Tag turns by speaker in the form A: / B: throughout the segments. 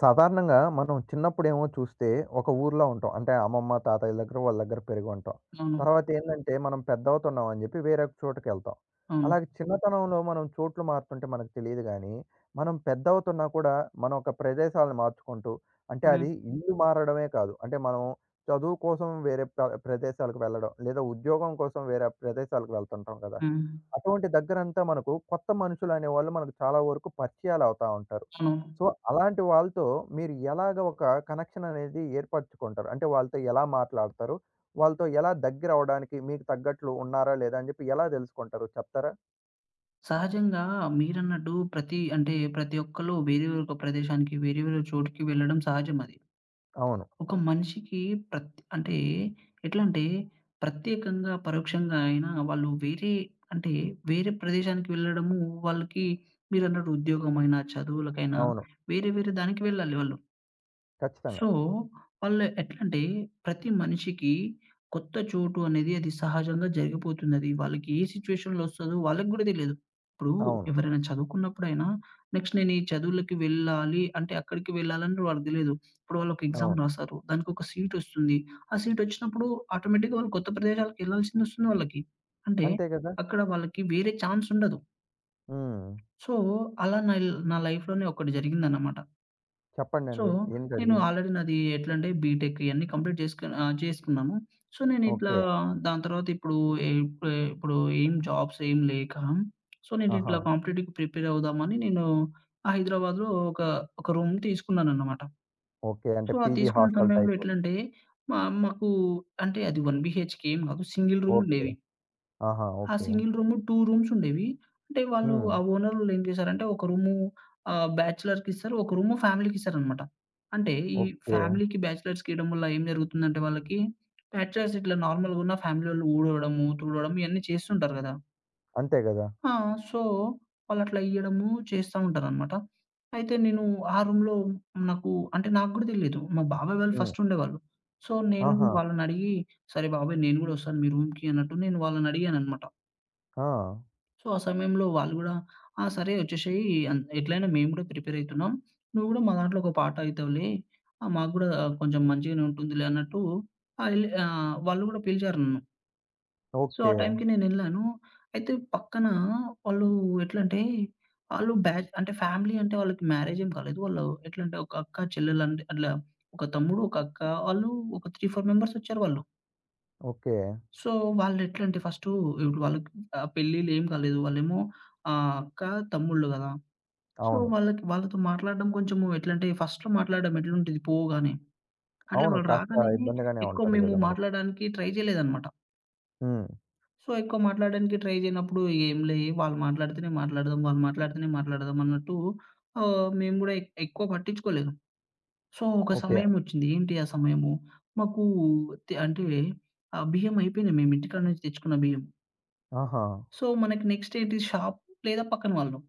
A: సాధారణంగా మనం చిన్నప్పుడేమో చూస్తే ఒక ఊర్లో ఉంటాం. అంటే అమ్మమ్మ, తాతయ్యల దగ్గర వాళ్ళ దగ్గర పెరిగి ఉంటాం.
B: అవును.
A: తర్వాత ఏందంటే మనం పెద్దవుతున్నాం అని చెప్పి వేరే ఒక చోటుకెళ్తాం.
B: అవును.
A: అలాగే చిన్నతనంలో మనం చోట్లు మారుతుంటే మనకు తెలీదు గానీ, మనం పెద్దవుతున్నా కూడా మనం ఒక ప్రదేశాలను మార్చుకుంటూ అంటే
B: హ్మ్.
A: అది ఇల్లు మారడమే కాదు. అంటే మనం చదువు కోసం వేరే ప్రదేశాలకు వెళ్ళడం, లేదా ఉద్యోగం కోసం వేరే ప్రదేశాలకు వెళ్తుంటాం కదా!
B: హ్మ్.
A: అటువంటి దగ్గరంతా మనకు కొత్త మనుషులనేవాళ్ళు మనకు చాలా వరకు పరిచయాలవుతా ఉంటారు.
B: అవును.
A: సో, అలాంటి వాళ్ళతో మీరు ఎలాగ ఒక కనెక్షన్ అనేది ఏర్పరచుకుంటారు? అంటే వాళ్ళతో ఎలా మాట్లాడతారు? వాళ్ళతో ఎలా దగ్గరవ్వడానికి మీకు తగ్గట్లు ఉన్నారా? లేదా? అని చెప్పి ఎలా తెలుసుకుంటారు చెప్తారా?
B: సహజంగా మీరన్నట్టు ప్రతి ఒక్కళ్ళు వేరే వేరే ఒక ప్రదేశానికి, వేరే వేరే చోటుకి వెళ్ళడం సహజం అది.
A: అవును.
B: ఒక మనిషికి ప్రత్ అంటే ఎట్లంటే ప్రత్యేకంగా, పరోక్షంగా అయినా వాళ్ళు అంటే వేరే ప్రదేశానికి వెళ్ళడము వాళ్ళకి మీరన్నట్టు ఉద్యోగమైనా, చదువులకైనా
A: అవును.
B: వేరే వేరే దానికి వెళ్ళాలి వాళ్ళు. సో,
A: ఖచ్చితంగా.
B: వాళ్ళు ఎట్లంటే ప్రతి మనిషికి కొత్త చోటు అనేది అది సహజంగా జరిగిపోతున్నది. వాళ్ళకి ఏ సిట్యుయేషన్‌లో వస్తదో వాళ్ళకి గూడా తెలీదు. ఇప్పుడు
A: అవును.
B: ఎవరైనా చదువుకున్నప్పుడైనా నెక్స్ట్ నేను ఈ చదువులకి వెళ్ళాలి అంటే అక్కడికి వెళ్ళాలని వాళ్ళకి తెలీదు. ఇప్పుడు వాళ్ళు ఒక ఎగ్జామ్
A: అవును.
B: రాసారు. దానికొక సీట్ వస్తుంది. ఆ సీట్ వచ్చినప్పుడు ఆటోమేటిక్‌గా వాళ్ళు కొత్త ప్రదేశాలకు వెళ్ళాల్సింది వస్తుంది వాళ్ళకి. అంటే
A: అంతే కదా!
B: అక్కడ వాళ్ళకి వేరే ఛాన్స్ ఉండదు.
A: హ్మ్.
B: సో, అలా నా నా లైఫ్‌లోనే ఒకటి జరిగిందనమాట. సో,
A: చెప్పండండి.
B: నేను
A: ఏంటది?
B: ఆల్రెడీ నాది ఎట్లంటే బీటెక్ ఇయన్నీ కంప్లీట్ చేసుకు చేసుకున్నాను. సో, నేనిట్లా
A: ఓకే.
B: దాని తర్వాత ఇప్పుడు ఇప్ ఇప్పుడు ఇప్పుడు ఏం జాబ్స్ ఏం లేక, సో,
A: ఆహా!
B: నేనిట్లా కాంపిటేటివ్‌కి ప్రిపేర్ అవుదామని నేను హైదరాబాద్‌లో ఒక రూమ్ తీసుకున్నానన్నమాట.
A: ఓకే.
B: సో,
A: అంటే
B: ఆ
A: పీజీ
B: తీసుకున్న
A: హాస్టల్
B: సమయంలో
A: టైపు.
B: ఎట్లంటే మా మాకు అంటే అది 1 బీహెచ్‌కే ఏం కాదు. Single room
A: okay.
B: ఉండేవి.
A: ఆహా!
B: ఆ
A: ఓకే.
B: సింగిల్ రూము 2 రూమ్స్ ఉండేవి. అంటే వాళ్ళు
A: హ్మ్.
B: ఆ ఓనరోళ్ళు ఏం చేశారంటే ఒక రూము బ్యాచిలర్‌కిస్తారు. ఒక రూము ఫ్యామిలీకిస్తారనమాట. అంటే ఈ
A: ఓకే.
B: ఫ్యామిలీకి, బ్యాచిలర్స్‌కి ఇవ్వడం వల్ల ఏం జరుగుతుందంటే వాళ్ళకి బ్యాచిలర్స్ ఇట్లా నార్మల్‌గున్న ఫ్యామిలీ‌వోళ్ళు ఊడవడము, తుడవడము ఇయన్నీ చేస్తుంటారు గదా!
A: అంతే గదా!
B: ఆ! సో, వాళ్ళట్లా ఇయ్యడము చేస్తా ఉంటారనమాట. అయితే నేను ఆ రూమ్‌లో నాకు నాకు గూడా తెలీదు. మా బాబాయ్ వాళ్ళు
A: హ్మ్.
B: ఫస్ట్ ఉండేవాళ్ళు. సో, నేను
A: ఆహా!
B: వాళ్ళనడిగి, "సరే బాబాయ్ నేను గూడా ఒస్తాను మీ రూమ్‌కి" అన్నట్టు నేను వాళ్ళనడిగాననమాట.
A: ఆ!
B: సో, ఆ సమయంలో వాళ్ళు గూడా "ఆ! సరే ఒచ్చేసేయి. అన్ ఎట్లైనా మేము గూడా ప్రిపేర్ అయితున్నాం. నువ్వు గూడా మా దాంట్లో ఒక పార్ట్ అయితావులే. మాకు గూడా కొంచెం మంచిగానే ఉంటుందిలే" అన్నట్టు వాళ్ళు గూడా పిలిచారు నన్ను. సో, ఆ
A: ఓకే.
B: టైంకి నేనెళ్ళాను. అయితే పక్కన వాళ్ళు ఎట్లంటే, ఆళ్ళు బ్యాచ్ అంటే ఫ్యామిలీ అంటే వాళ్ళకి మ్యారేజ్ ఏం కాలేదు. వాళ్ళు ఎట్లంటే ఒక అక్క, చెల్లెలు అంటే అట్లా ఒక తమ్ముడు, ఒక అక్క, వాళ్ళు ఒక 3, 4 మెంబర్స్ ఒచ్చారు వాళ్ళు.
A: ఓకే.
B: సో, వాళ్ళెట్లా అంటే ఫస్టు ఇప్పుడు వాళ్ళకి పెళ్ళిళ్ళు ఏం కాలేదు. వాళ్ళేమో అక్క, తమ్ముళ్ళు గదా! సో,
A: అవును.
B: వాళ్ళకి వాళ్ళతో మాట్లాడడం కొంచెము ఎట్లంటే ఫస్ట్‌లో మాట్లాడడం ఎట్లుంటది పోగానే. అట్లా
A: అవును.
B: వాళ్ళు
A: కాస్త
B: రాగానే
A: ఇబ్బందిగానే
B: ఎక్కువ
A: ఉంటది
B: మేము
A: గదా! మనకి.
B: మాట్లాడడానికి ట్రై చేయలేదనమాట.
A: హ్మ్.
B: సో, ఎక్కువ మాట్లాడడానికి ట్రై చేయనప్పుడు ఏంలే వాళ్ళు మాట్లాడితేనే మాట్లాడదాం, వాళ్ళు మాట్లాడితేనే మాట్లాడదాం అన్నట్టు మేము గూడా ఎక్కువ పట్టించుకోలేదు. సో, ఒక
A: ఓకే.
B: సమయమొచ్చింది. ఏంటి ఆ సమయము? మాకు తె అంటే బియ్యం అయిపోయినాయి. మేము ఇంటికాడ నుంచి తెచ్చుకున్న బియ్యం.
A: ఆహా!
B: సో, మనకి నెక్స్ట్ ఏంటి షాప్ లేదా పక్కన వాళ్ళు.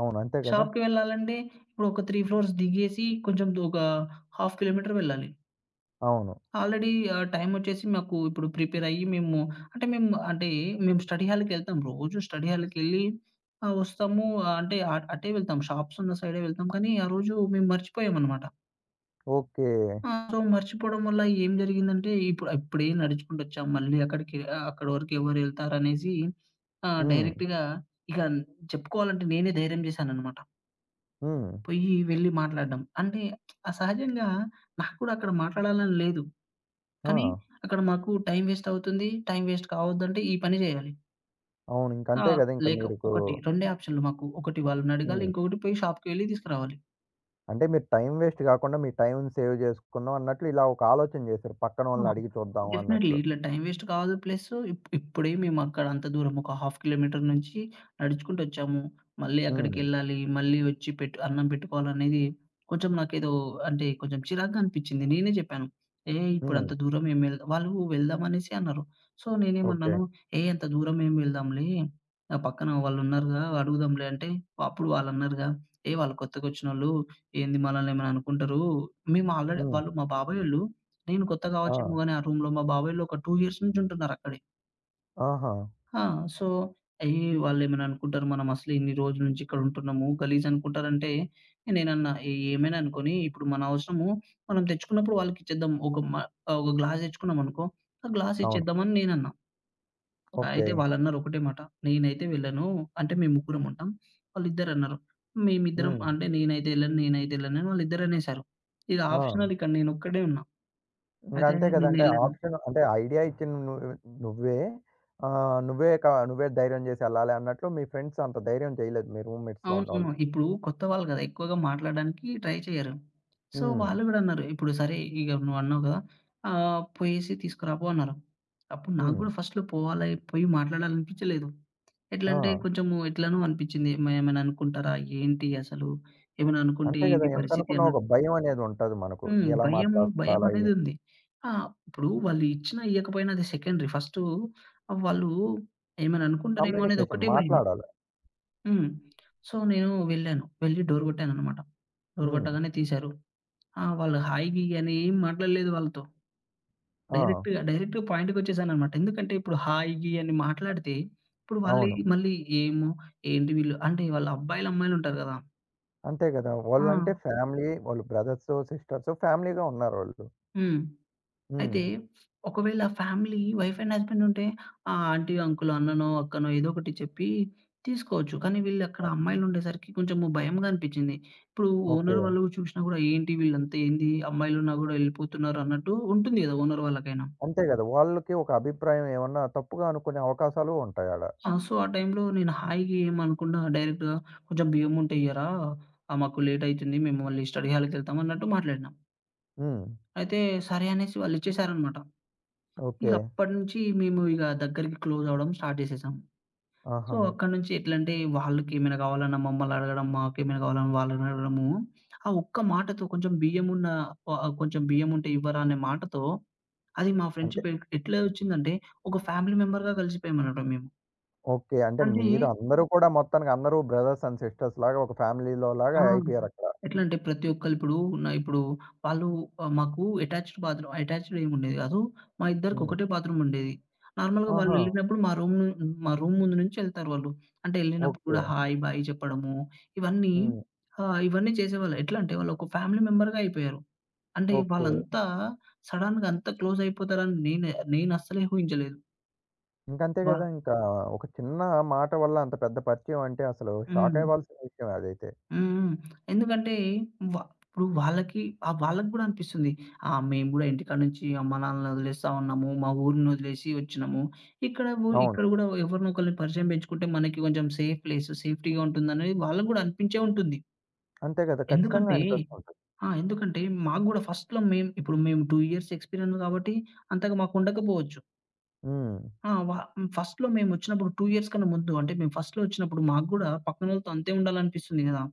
A: అవును. అంతే గదా!
B: షాప్‌కి వెళ్ళాలంటే ఇప్పుడు ఒక 3 ఫ్లోర్స్ దిగేసి కొంచెం దూ ఒక హాఫ్ కిలోమీటర్ వెళ్ళాలి.
A: అవును.
B: ఆల్రెడీ టైమ్ వచ్చేసి మాకు ఇప్పుడు ప్రిపేర్ అయ్యి మేము అంటే మేము అంటే మేము స్టడీ హాల్‌కెళ్తాం. రోజు స్టడీ హాల్‌కెళ్ళి వస్తాము. ఆహ్, అంటే అ అటే వెళ్తాం. షాప్స్ ఉన్న సైడే వెళ్తాం. కానీ ఆ రోజు మేము మర్చిపోయామనమాట.
A: ఓకే.
B: ఆ! సో, మర్చిపోవడం వల్ల ఏం జరిగిందంటే, ఇప్పుడే నడుచుకుంటొచ్చాం. మళ్ళీ అక్కడికి అక్కడి వరకు ఎవరెళ్తారనేసి
A: హ్మ్.
B: డైరెక్ట్‌గా ఇక చెప్పుకోవాలంటే నేనే ధైర్యం చేశాననమాట.
A: హ్మ్.
B: పొయ్యి వెళ్లి మాట్లాడడం. అంటే ఆ సహజంగా నాకు కూడా అక్కడ మాట్లాడాలని లేదు.
A: ఆ!
B: కానీ అక్కడ మాకు టైం వేస్ట్ అవుతుంది. టైం వేస్ట్ కావద్దంటే ఈ పని చేయాలి.
A: అవును.
B: ఆ!
A: ఇంకంతే గదా! ఇంక
B: లేక
A: మీకు
B: ఒకటి రెండే ఆప్షన్‌లు మాకు. ఒకటి వాళ్ళనడగాలి.
A: హ్మ్.
B: ఇంకొకటి పోయి షాప్‌కి వెళ్లి తీసుకురావాలి.
A: అంటే మీరు టైమ్ వేస్ట్ గాకుండా మీ టైమ్‌ని సేవ్ జేసుకుందాం అన్నట్లు ఇలా ఒక ఆలోచన జేసారు.
B: ఆ!
A: పక్కనోళ్ళని అడిగి చూద్దాం
B: డెఫినైట్‌లీ.
A: అన్నట్లు.
B: ఇట్లా టైమ్ వేస్ట్ కాదు. ప్లస్ ఇప్పుడే మేము అక్కడ అంత దూరం ఒక హాఫ్ కిలోమీటర్ నుంచి నడుచుకుంటూ వచ్చాము. మళ్ళీ
A: హ్మ్.
B: అక్కడికెళ్ళాలి. మళ్ళీ వచ్చి పెట్టు అన్నం పెట్టుకోవాలనేది కొంచెం నాకేదో అంటే కొంచెం చిరాగ్గా అనిపించింది. నేనే చెప్పాను. "ఏహ్! ఇప్పుడు
A: హ్మ్.
B: అంత దూరం ఏం వెళ్" వాళ్ళు వెళ్దాం అనేసి అన్నారు. So,
A: okay.
B: నేనేమన్నాను, "ఏహ్! అంత దూరం ఏం వెళ్దాంలే. ఆ పక్కన వాళ్ళున్నారుగా అడుగుదాంలే" అంటే అప్పుడు వాళ్ళన్నారుగా, "ఏహ్! వాళ్ళు కొత్తగొచ్చినోళ్ళు ఏంది మనల్ని ఏమైనా అనుకుంటారు." మేము ఆల్రెడీ
A: హ్మ్.
B: వాళ్ళు మా బాబాయోళ్ళు. నేను కొత్త కావచ్చేమో
A: ఆ!
B: గానీ ఆ రూమ్‌లో మా బాబాయోళ్ళు ఒక 2 ఇయర్స్ నుంచి ఉంటున్నారక్కడే.
A: ఆహా!
B: ఆ! సో, అయ్యి వాళ్ళేమైనా అనుకుంటారు మనం అసలు ఇన్ని రోజుల నుంచి ఇక్కడ ఉంటున్నాము, గలీజ్ అనుకుంటారంటే నేనన్నా "ఏ ఏమైనా అనుకోని ఇప్పుడు మన అవసరము మనం తెచ్చుకున్నప్పుడు వాళ్ళకిచ్చేద్దాం. ఒక గ్లాస్ తెచ్చుకున్నామనుకో, ఆ గ్లాస్
A: అవును.
B: ఇచ్చేద్దామని" నేనన్నా.
A: ఓకే.
B: అయితే వాళ్ళన్నారు ఒకటే మాట, "నేనైతే వెళ్ళను" అంటే మేము ముగ్గురం ఉంటాం. వాళ్ళిద్దరన్నారు. మేమిద్దరం
A: హ్మ్.
B: అంటే నేనైతే ఎళ్ళను, నేనైతే ఎళ్ళను అని వాళ్ళిద్దరనేసారు. ఇది
A: ఆ!
B: ఆప్షనల్ ఇక్కడ నేనొక్కడే ఉన్నా.
A: ఇంగ
B: అయితే
A: అంతే కదా! అంటే
B: నేనెళ్ళను.
A: ఆప్షన్ అంటే ఐడియా ఇచ్చింది నువ్వు నువ్వే. నువ్వే క నువ్వే ధైర్యం చేసి ఎళ్ళాలి అన్నట్లు మీ ఫ్రెండ్స్ అంత ధైర్యం చేయలేదు మీ రూమ్‌మేట్స్‌లో
B: అవునవును.
A: ఉన్నోళ్ళు.
B: ఇప్పుడు కొత్త వాళ్ళు గదా! ఎక్కువగా మాట్లాడడానికి ట్రై చేయరు. సో,
A: హ్మ్.
B: వాళ్ళు గూడా అన్నారు, ఇప్పుడు సరే ఇగ నువ్వన్నావు గదా! "పోయేసి తీసుకురాపో" అన్నారు. అప్పుడు నాకు
A: హ్మ్.
B: గూడా ఫస్ట్‌లో పోవాలి, పోయి మాట్లాడాలనిపించలేదు. ఎట్లంటే
A: ఆ!
B: కొంచెము ఎట్లనో అనిపించింది. ఏమైనా అనుకుంటారా? ఏంటి అసలు? ఏమైనా అనుకుంటే
A: అంతే కదా!
B: ఏంటి పరిస్థితి
A: ఎంతనుకున్నా ఒక
B: అన్నట్టు
A: భయం అనేది ఉంటది మనకు.
B: హ్మ్.
A: ఎలా
B: భయము, భయం
A: మాట్లాడాలా?
B: అనేది
A: ఏ
B: ఉంది. ఆ! ఇప్పుడు వాళ్ళు ఇచ్చినా, ఇయ్యకపోయినా అది సెకండరీ. ఫస్టు వాళ్ళు ఏమైనా అనుకుంటారేమో అనేది
A: కమ్యూనికేషన్
B: ఒక్కటే భయం.
A: మాట్లాడాలి.
B: హ్మ్. సో, నేను వెళ్ళాను. వెళ్ళి డోర్ గొట్టాననమాట. డోర్
A: హ్మ్.
B: గొట్టగానే తీశారు. ఆ! వాళ్ళు హాయ్, గీయ్ అని ఏం మాట్లాడలేదు వాళ్ళతో.
A: ఆ!
B: డైరెక్ట్‌గా డైరెక్ట్‌గా పాయింట్‌కొచ్చేసాననమాట. ఎందుకంటే ఇప్పుడు హాయ్, గీయ్ అని మాట్లాడితే, ఇప్పుడు
A: అవును.
B: మళ్ళీ ఏమో, ఏంటి వీళ్ళు అంటే వాళ్ళు అబ్బాయిలు, అమ్మాయిలుంటారు గదా!
A: అంతే కదా!
B: ఆ!
A: వాళ్ళంటే ఫ్యామిలీ, వాళ్ళు బ్రదర్స్, సిస్టర్స్ ఫ్యామిలీగా ఉన్నారోళ్ళు.
B: హ్మ్. అయితే
A: హ్మ్.
B: ఒకవేళ ఫ్యామిలీ వైఫ్ అండ్ హస్బెండ్ ఉంటే, ఆ ఆంటీ, అంకుల్, అన్ననో, అక్కనో ఏదో ఒకటి చెప్పి తీసుకోవచ్చు. కానీ వీళ్ళక్కడ అమ్మాయిలుండేసరికి కొంచెము భయంగా అనిపిచ్చింది. ఇప్పుడు
A: ఓకే.
B: ఓనర్ వాళ్ళు చూసినా గూడా ఏంటి వీళ్ళంతా ఏంది అమ్మాయిలున్నా గూడా ఎళ్ళిపోతున్నారు అన్నట్టు ఉంటుంది గదా! ఓనర్ వాళ్ళకైనా.
A: అంతే కదా! వాళ్ళకి ఒక అభిప్రాయం ఏమన్నా తప్పుగా అనుకునే అవకాశాలు ఉంటాయాడ.
B: ఆ! అవును. సో, ఆ టైంలో నేను హాయిగా ఏమనకుండా డైరెక్ట్‌గా కొంచెం బియ్యం ఉంటే ఇయ్యరా? మాకు లేట్ అయితుంది. మేము మళ్ళీ స్టడీ హాల్‌కెళ్తాం అన్నట్టు మాట్లాడినా.
A: హ్మ్.
B: అయితే సరే అనేసి వాళ్ళిచ్చేసారనమాట. ఇగ
A: ఓకే.
B: అప్పటినుంచి మేము ఇగ దగ్గరికి క్లోజ్ అవ్వడం స్టార్ట్ జేసేసాం. సో,
A: ఆహా!
B: అక్కడి నుంచి ఎట్లంటే వాళ్ళకేమైనా కావాలన్నా మమ్మల్ని అడగడం, మాకేమైనా కావాలన్నా వాళ్ళని అడగడము. ఆ ఒక్క మాటతో కొంచెం బియ్యముంటే ఇవ్వరా అనే మాటతో అది మా
A: అంటే
B: ఫ్రెండ్‌షిప్ ఎట్లా వచ్చిందంటే ఒక ఫ్యామిలీ మెంబర్‌గా కలిసిపోయామనమాట మేము.
A: ఓకే. అంటే
B: అంటే
A: మీరు అందరూ కూడా మొత్తానికి అందరూ బ్రదర్స్ అండ్ సిస్టర్స్ లాగా ఒక ఫ్యామిలీలో
B: ఆ!
A: లాగా అయిపోయారక్కడ.
B: ఎట్లంటే ప్రతి ఒక్కళ్ళు ఇప్పుడు నా ఇప్పుడు వాళ్ళు ఆహ్, మాకు అటాచ్డ్ ఏముండేది కాదు. మా ఇద్దరికి
A: హ్మ్.
B: ఒకటే బాత్రూమ్ ఉండేది. నార్మల్‌గా
A: ఆహా!
B: వాళ్ళెళ్ళినప్పుడు మా రూమ్ ముందు నుంచి ఎళ్తారు వాళ్ళు. అంటే ఎళ్ళినప్పుడు
A: ఓకే.
B: కూడా హాయ్, బాయ్ చెప్పడము ఇవన్నీ
A: హ్మ్.
B: ఇవన్నీ చేసేవాళ్ళు. ఎట్లా అంటే వాళ్ళు ఒక ఫ్యామిలీ మెంబర్‌గా అయిపోయారు. అంటే
A: ఓకే.
B: వాళ్ళంతా సడెన్‌గా అంత క్లోజ్ నేను అస్సలే ఊహించలేదు.
A: ఇంకంతే
B: వాళ్
A: గదా! ఇంకా ఒక చిన్న మాట వల్ల అంత పెద్ద పరిచయం అంటే అసలు షాక్
B: హ్మ్.
A: అవ్వాల్సిన విషయమే అదైతే.
B: హ్మ్. ఎందుకంటే వ ఇప్పుడు వాళ్ళకి వాళ్ళకి గూడా అనిపిస్తుంది. మేము గూడా ఇంటికాడ నుంచి అమ్మ నాన్నలని వదిలేస్తా ఉన్నాము. మా ఊరిని వదిలేసి వచ్చినాము.
A: అవును.
B: ఇక్కడ గూడా ఎవరినో ఒకళ్ళని పరిచయం పెంచుకుంటే మనకి కొంచెం సేఫ్ ప్లేస్, సేఫ్టీగా ఉంటుందనేది వాళ్ళకి గూడా అనిపించే ఉంటుంది.
A: అంతే గదా! ఖచ్చితంగా
B: ఎందుకంటే
A: అనిపిస్తుంటది.
B: ఆ! ఎందుకంటే మాకు గూడా ఫస్ట్‌లో మేము ఇప్పుడు మేము 2 ఇయర్స్ ఎక్స్‌పీరియన్స్ కాబట్టి అంతగా మాకు ఉండకపోవచ్చు.
A: హ్మ్.
B: ఆ! వ ఫస్ట్‌లో మేము వచ్చినప్పుడు 2 ఇయర్స్ కన్నా ముందు అంటే మేము ఫస్ట్‌లో వచ్చినప్పుడు మాకు గూడా పక్కనోళ్ళతో అంతే ఉండాలనిపిస్తుంది గదా!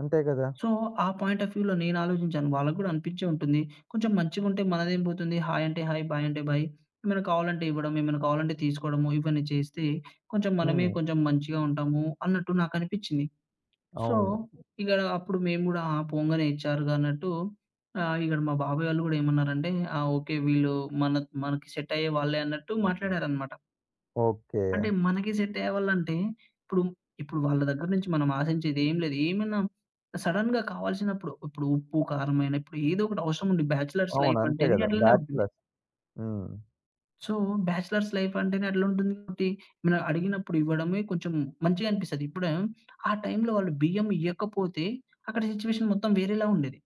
A: అంతే గదా!
B: సో, ఆ పాయింట్ ఆఫ్ వ్యూలో నేను ఆలోచించాను. వాళ్ళకి గూడా అనిపించే ఉంటుంది. కొంచెం మంచిగుంటే మనదేం పోతుంది. హాయ్ అంటే హాయ్, బాయ్ అంటే బాయ్. ఏమైనా కావాలంటే ఇవ్వడం, ఏమైనా కావాలంటే తీసుకోవడము, ఇవన్నీ చేస్తే కొంచెం మనమే
A: హ్మ్.
B: కొంచెం మంచిగా ఉంటాము అన్నట్టు నాకనిపించింది. సో,
A: అవును.
B: ఇక అప్పుడు మేము గూడా ఆ! పోంగానే ఇచ్చారుగా అన్నట్టు ఇక్కడ మా బాబాయ్ వాళ్ళు గూడా ఏమన్నారంటే, "ఆ! ఓకే. వీళ్ళు మన మనకి సెట్ అయ్యే వాళ్ళే" అన్నట్టు మాట్లాడారనమాట.
A: ఓకే.
B: అంటే మనకి సెట్ అయ్యేవాళ్ళంటే, ఇప్పుడు, ఇప్పుడు వాళ్ళ దగ్గర నుంచి మనం ఆశించేది ఏం లేదు. ఏమైనా సడెన్‌గా కావాల్సినప్పుడు, ఇప్పుడు ఉప్పు, కారమైన ఇప్పుడు ఏదో ఒకటి అవసరం ఉంది. బ్యాచిలర్స్
A: అవును.
B: లైఫ్
A: అంతే
B: అంటేనే
A: గదా!
B: అట్లనే ఉంటుంది.
A: బ్యాచ్‌లర్స్. హ్మ్.
B: సో, బ్యాచిలర్స్ లైఫ్ అంటేనే అట్లుంటుంది కాబట్టి, మనం అడిగినప్పుడు ఇవ్వడమే కొంచెం మంచిగా అనిపిస్తది. ఇప్పుడు ఆ టైంలో వాళ్ళు బియ్యం ఇయ్యకపోతే, అక్కడ సిట్యుయేషన్ మొత్తం వేరేలా ఉండేది.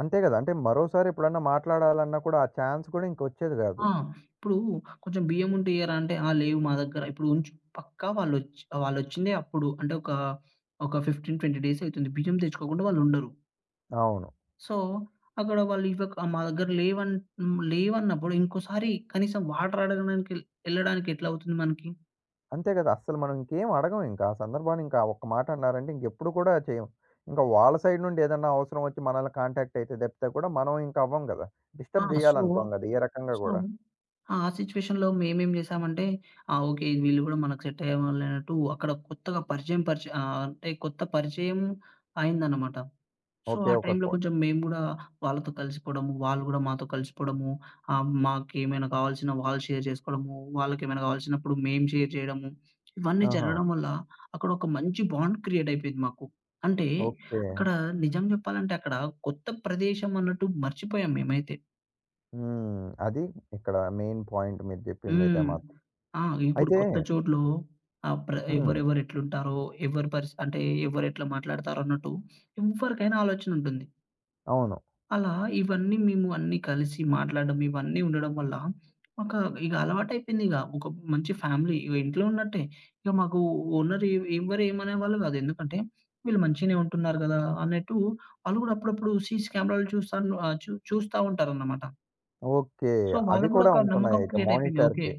A: అంతే గదా! అంటే మరోసారి ఎప్పుడన్నా మాట్లాడాలన్నా కూడా ఆ ఛాన్స్ కూడా ఇంకొచ్చేది గాదు.
B: ఆ! ఇప్పుడు కొంచెం బియ్యం ఉంటే ఇయ్యరా అంటే, "ఆ! లేవు మా దగ్గర." ఇప్పుడు ఉంచు పక్కా వాళ్ళొచ్చిందే అప్పుడు. అంటే ఒక 15, 20 డేస్ అయితుంది. బియ్యం తెచ్చుకోకుండా వాళ్ళుండరు.
A: అవును.
B: సో, అక్కడ వాళ్ళు ఇవ్వక మా దగ్గర లేవన్నప్పుడు ఇంకోసారి కనీసం వాటర్ అడగడానికి ఎళ్ళడానికి ఎట్లా అవుతుంది మనకి?
A: అంతే కదా! అస్సలు మనం ఇంకేం అడగం ఇంకా. ఆ సందర్భాన్ని ఇంకా ఒక్క మాట అన్నారంటే ఇంకెప్పుడు కూడా చేయం. ఇంకా వాళ్ళ సైడ్ నుండి ఏదన్నా అవసరం వచ్చి మనల్ని కాంటాక్ట్ అయితే తప్పితే కూడా మనం ఇంక అవ్వం గదా!
B: ఆ!
A: డిస్టర్బ్
B: సో,
A: చేయాలనుకోం గదా! ఏ రకంగా
B: సో
A: గూడా.
B: ఆ! ఆ సిట్యుయేషన్‌లో మేమేం చేశామంటే, ఆ! ఓకే. వీళ్ళు కూడా మనకు సెట్ అయ్యేవాళ్ళే అన్నట్టు అక్కడ కొత్తగా పరిచయం పరిచయం ఆహ్, అంటే కొత్త పరిచయం అయిందన్నమాట. So,
A: okay.
B: ఆ
A: ఒక
B: టైంలో
A: కొ
B: కొంచెం మేము గూడా వాళ్ళతో కలిసిపోవడము, వాళ్ళు గూడా మాతో కలిసిపోవడము, మాకేమైనా కావాల్సిన వాళ్ళు షేర్ చేసుకోవడము, వాళ్ళకేమైనా కావాల్సినప్పుడు మేము షేర్ చేయడము, ఇవన్నీ
A: ఆహా!
B: జరగడం వల్ల అక్కడ ఒక మంచి బాండ్ క్రియేట్ అయిపోయింది మాకు. అంటే
A: ఓకే.
B: అక్కడ నిజం చెప్పాలంటే అక్కడ కొత్త ప్రదేశం అన్నట్టు మర్చిపోయాం మేమైతే.
A: హ్మ్. అది ఇక్కడ మెయిన్ పాయింట్ మీరు చెప్పిందైతే
B: హ్మ్.
A: మాత్రం.
B: ఆ! ఇప్పుడు
A: అయితే
B: కొత్త చోట్లో ఆహ్, ప్ర
A: హ్మ్.
B: ఎవరెవరు ఎట్లుంటారో, ఎవరి పరిస్ అంటే ఎవరెట్లా మాట్లాడతారో అన్నట్టు ఎవ్వరికైనా ఆలోచన ఉంటుంది.
A: అవును.
B: అలా ఇవన్నీ మేము అన్నీ కలిసి మాట్లాడడం ఇవన్నీ ఉండడం వల్ల ఒక ఇక అలవాటైపోయిందిగ. ఒక మంచి ఫ్యామిలీ ఇగ ఇంట్లో ఉన్నట్టే. ఇక మాకు ఓనర్ ఎ ఎవ్వరు ఏమనేవాళ్ళు కాదు. ఎందుకంటే వీళ్ళు మంచిగనే ఉంటున్నారు కదా! అన్నట్టు వాళ్ళు కూడా అప్పుడప్పుడు సీసీ కెమెరాలు చూస్తాను ఆహ్, చూ చూస్తా ఉంటారన్నమాట.
A: ఓకే.
B: సో
A: అవి
B: వాళ్ళకి కూడా
A: కూడా
B: ఒక నమ్మకం
A: ఉంటున్నాయయితే
B: క్రియేట్ అయిపోయింది. ఓకే.
A: మానిటర్‌కి.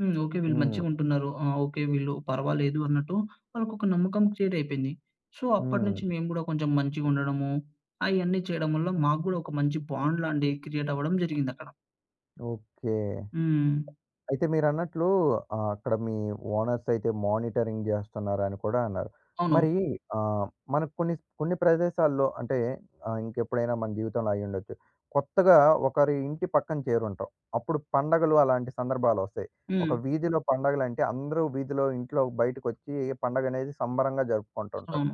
B: హ్మ్. ఓకే. వీళ్ళు
A: హ్మ్.
B: మంచిగుంటున్నారు. ఆ! ఓకే. వీళ్ళు పర్వాలేదు అన్నట్టు వాళ్ళకొక నమ్మకం క్రియేట్ అయిపోయింది. సో,
A: హ్మ్.
B: అప్పటినుంచి మేము గూడా కొంచెం మంచిగుండడము, అయన్నీ చేయడం వల్ల మాకు గూడా ఒక మంచి బాండ్ లాంటిది క్రియేట్ అవ్వడం జరిగిందక్కడ.
A: ఓకే.
B: హ్మ్.
A: అయితే మీరన్నట్లు అక్కడ మీ ఓనర్స్ అయితే మానిటరింగ్ జేస్తున్నారని కూడా అన్నారు.
B: అవును.
A: మరి హ్మ్. మనకు కొన్ని కొన్ని ప్రదేశాల్లో అంటే ఇంకెప్పుడైనా మన జీవితంలో అయ్యుండొచ్చు. కొత్తగా ఒకరి ఇంటి పక్కన చేరుంటాం. అప్పుడు పండగలు అలాంటి సందర్భాలొస్తాయి.
B: హ్మ్.
A: ఒక వీధిలో పండగలంటే అందరూ వీధిలో ఇంట్లో బయటకొచ్చి పండగనేది సంబరంగా జరుపుకుంటుంటారు.
B: అవును.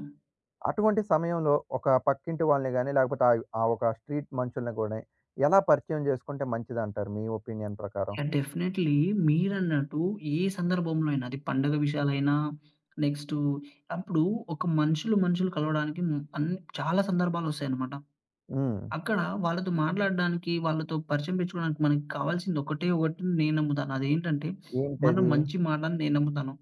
A: అటువంటి సమయంలో ఒక పక్కింటి వాళ్ళని గాని లేకపోతే ఆ ఒక స్ట్రీట్ మనుషుల్ని గాని ఎలా పరిచయం జేసుకుంటే మంచిదంటారు మీ ఒపీనియన్ ప్రకారం?
B: యాహ్! డెఫినైట్‌లీ మీరన్నట్టు ఏ సందర్భంలో అయినా అది పండగ విషయాలైనా, నెక్స్టు అప్పుడు ఒక మనుషులు మనుషులు కలవడానికి హ్మ్, అన్ని చాలా సందర్భాలొస్తాయన్నమాట.
A: హ్మ్.
B: అక్కడ వాళ్ళతో మాట్లాడడానికి, వాళ్ళతో పరిచయం పెంచుకోవడానికి మనకి కావాల్సింది ఒకటే ఒకటి నేను నమ్ముతాను. అదేంటంటే, మనం
A: ఏంటది?
B: మంచి మాటని నేను నమ్ముతాను.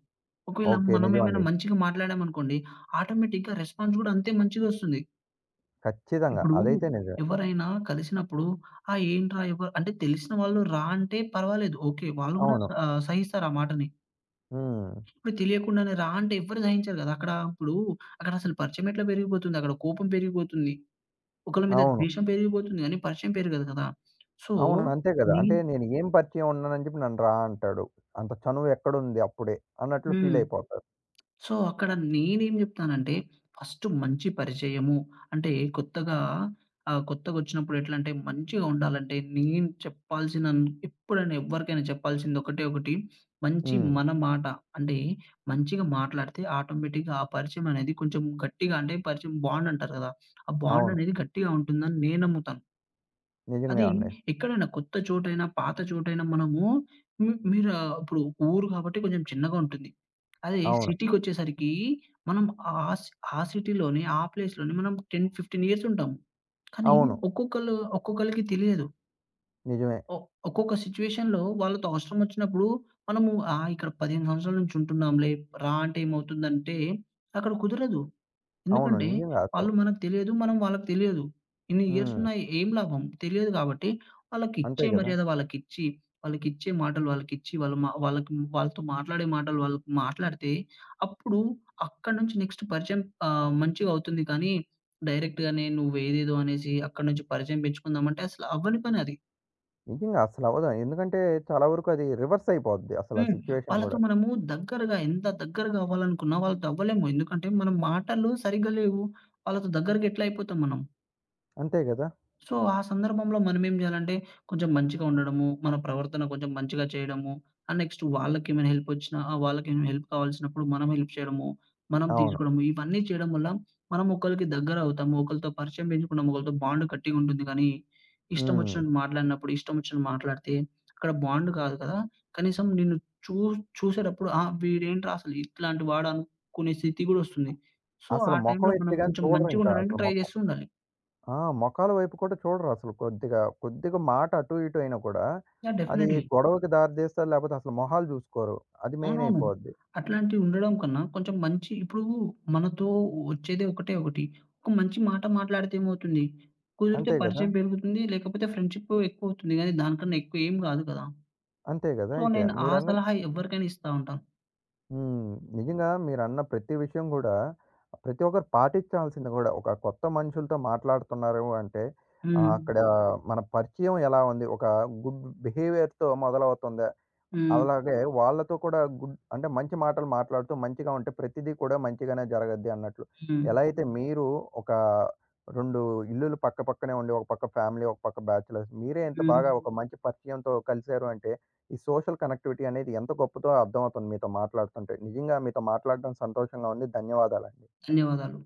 B: ఒకవేళ
A: ఓకే.
B: మనం ఏమైనా
A: నిజమండి.
B: మంచిగా మాట్లాడామనుకోండి, ఆటోమేటిక్‌గా రెస్పాన్స్ గూడా అంతే మంచిగొస్తుంది.
A: ఖచ్చితంగా.
B: ఇప్పుడు
A: అదైతే నిజమే.
B: ఎవరైనా కలిసినప్పుడు, "ఆ! ఏంట్రా ఎవ" అంటే తెలిసిన వాళ్ళు రా అంటే పర్వాలేదు. ఓకే. వాళ్ళు గూడా
A: అవును.
B: సహిస్తారు ఆ మాటని.
A: హ్మ్.
B: ఇప్పుడు తెలియకుండానే రా అంటే ఎవ్వరు సహించరు గదా! అక్కడ అసలు పరిచయం ఎట్లా పెరిగిపోతుంది? అక్కడ కోపం పెరిగిపోతుంది. ఒకళ్ళ మీద
A: అవును.
B: ద్వేషం పెరిగిపోతుంది గానీ, పరిచయం పెరగదు కదా! సో,
A: అవును. అంతే కదా!
B: నే
A: అంటే నేను ఏం పరిచయం ఉన్నానని చెప్పి నన్ను రా అంటాడు. అంత చనువు ఎక్కడుంది అప్పుడే అన్నట్లు
B: హ్మ్.
A: ఫీల్ అయిపోతారు.
B: సో, అక్కడ నేనేం జెప్తానంటే, ఫస్ట్ మంచి పరిచయము అంటే కొత్తగా కొత్తగొచ్చినప్పుడు ఎట్లంటే మంచిగా ఉండాలంటే, నేను చెప్పాల్సిన ఎప్పుడైనా ఎవ్వరికైనా చెప్పాల్సింది ఒకటే ఒకటి, మంచి
A: హ్మ్.
B: మన మాట. అంటే మంచిగా మాట్లాడితే ఆటోమేటిక్‌గా ఆ పరిచయం అనేది కొంచెం గట్టిగా అంటే పరిచయం బాండ్ అంటారు గదా! ఆ బాండ్
A: అవును.
B: అనేది గట్టిగా ఉంటుందని నేను నమ్ముతాను.
A: నిజంగా
B: అది
A: అండి.
B: ఎక్కడైనా కొత్త చోటైనా, పాత చోటైనా మనము మీరు ఇప్పుడు ఊరు కాబట్టి కొంచెం చిన్నగా ఉంటుంది. అదే
A: అవును.
B: సిటీకొచ్చేసరికి మనం ఆ సి ఆ సిటీలోనే, ఆ ప్లేస్‌లోనే మనం 10, 15 ఇయర్స్ ఉంటాం. కానీ
A: అవును.
B: ఒక్కొక్కళ్ళు ఒక్కొక్కళ్ళకి తెలియదు.
A: నిజమే.
B: ఒ ఒక్కొక్క సిట్యుయేషన్‌లో వాళ్ళతో అవసరం వచ్చినప్పుడు మనము, "ఆ! ఇక్కడ 15 సంవత్సరాల నుంచి ఉంటున్నాంలే, రా అంటే ఏమవుతుందంటే" అక్కడ కుదరదు.
A: అవును.
B: ఎందుకంటే,
A: నిజంగా అసలు.
B: వాళ్ళు మనకు తెలియదు. మనం వాళ్ళకి తెలియదు. ఇన్ని ఇయర్స్
A: హ్మ్.
B: ఉన్నాయి. ఏం లాభం? తెలియదు కాబట్టి, వాళ్ళకిచ్చే
A: అంతే కదా!
B: మర్యాద వాళ్ళకిచ్చి, వాళ్ళకిచ్చే మాటలు వాళ్ళకిచ్చి, వాళ్ళు మా వాళ్ళకి వాళ్ళతో మాట్లాడే మాటలు వాళ్ళకి మాట్లాడితే, అప్పుడు అక్కడి నుంచి నెక్స్ట్ పరిచయం మంచిగా అవుతుంది. కానీ, డైరెక్ట్‌గానే నువ్వేదేదో అనేసి అక్కడి నుంచి పరిచయం పెంచుకుందామంటే అసలు అవ్వని పనది.
A: నిజంగా అసలు అవ్వదు. ఎందుకంటే చాలా వరకు అది రివర్స్ అయిపోద్ది అసలు ఆ
B: హ్మ్.
A: సిట్యుయేషన్
B: వాళ్ళతో
A: గూడా.
B: మనము ఎంత దగ్గరగా అవ్వాలనుకున్నా వాళ్ళతో అవ్వలేము. ఎందుకంటే, మన మాటలు సరిగ్గా లేవు. వాళ్ళతో దగ్గరగా ఎట్లా అయిపోతాం మనం?
A: అంతే గదా!
B: సో, ఆ సందర్భంలో మనమేం జేయాలంటే, కొంచెం మంచిగా ఉండడము, మన ప్రవర్తన కొంచెం మంచిగా చేయడము, అండ్ నెక్స్ట్ వాళ్ళకేమైనా హెల్పొచ్చినా, వాళ్ళకేమైనా హెల్ప్ కావాల్సినప్పుడు మనం హెల్ప్ చేయడము, మనం
A: అవును.
B: తీసుకోవడము, ఇవన్నీ చేయడం వల్ల మనం ఒకళ్ళకి దగ్గరవుతాము. ఒకళ్ళతో పరిచయం పెంచుకున్నాం. ఒకళ్ళతో బాండ్ గట్టిగుంటుంది గానీ,
A: హ్మ్.
B: ఇష్టమొచ్చినట్టు మాట్లాడినప్పుడు, ఇష్టమొచ్చినట్టు మాట్లాడితే అక్కడ బాండ్ కాదు కదా! కనీసం నిన్ను చూ చూసేటప్పుడు ఆ! వీడేంట్రా అసలు ఇట్లాంటి వాడా అనుకునే స్థితి గూడా ఒస్తుంది. సో, ఆ
A: అసలు మొఖం
B: టైంలో మనం
A: ఎత్తి గాని
B: కొంచెం
A: చూడరింకా
B: మంచిగుండడానికి
A: అసలు
B: ట్రై
A: మొ
B: జేస్తూ ఉండాలి.
A: ఆ! మొఖాల వైపు కూడా చూడరసలు కొద్దిగా. కొద్దిగా మాట అటు ఇటు అయినా కూడా,
B: యాహ్!
A: అది
B: డెఫినెట్‌లీ.
A: గొడవకి దారితీస్తది లేపోతే అసలు మొహాలు జూసుకోరు. అది మెయిన్
B: అవునవును.
A: అయిపోద్ది.
B: అట్లాంటివి ఉండడం కన్నా కొంచెం మంచి ఇప్పుడు మనతో వచ్చేదే ఒకటే ఒకటి. ఒక మంచి మాట మాట్లాడితే ఏమవుతుంది? కుదిరితే
A: అంతే గదా!
B: పరిచయం పెరుగుతుంది. లేకపోతే ఫ్రెండ్‌షిప్ ఎక్కువవుతుంది గానీ దానికన్నా ఎక్కువ ఏం కాదు కదా!
A: అంతే గదా!
B: సో,
A: అయితే
B: నేను ఆ
A: మీరన్న
B: సలహా ఎవరికైనా ఇస్తా ఉంటాను.
A: హ్మ్. నిజంగా మీరన్న ప్రతి విషయం గూడా, ప్రతి ఒక్కరు పాటించాల్సింది గూడా. ఒక కొత్త మనుషులతో మాట్లాడుతున్నారు అంటే,
B: హ్మ్.
A: అక్కడ మన పరిచయం ఎలా ఉంది? ఒక గుడ్ బిహేవియర్‌తో మొదలవుతుంది.
B: హ్మ్.
A: అలాగే వాళ్ళతో కూడా గుడ్ అంటే మంచి మాటలు మాట్లాడుతూ మంచిగా ఉంటే ప్రతిదీ కూడా మంచిగానే జరగద్ది అన్నట్లు.
B: హ్మ్.
A: ఎలా అయితే మీరు ఒక 2 ఇల్లులు పక్కపక్కనే ఉండి, ఒక పక్క ఫ్యామిలీ, ఒక పక్క బ్యాచిలర్స్. మీరే ఇంత
B: హ్మ్.
A: బాగా ఒక మంచి పరిచయంతో కలిసారు అంటే, ఈ సోషల్ కనెక్టివిటీ అనేది ఎంత గొప్పదో అర్థమవుతుంది మీతో మాట్లాడుతుంటే. నిజంగా మీతో మాట్లాడడం సంతోషంగా ఉంది. ధన్యవాదాలండి.
B: ధన్యవాదాలు.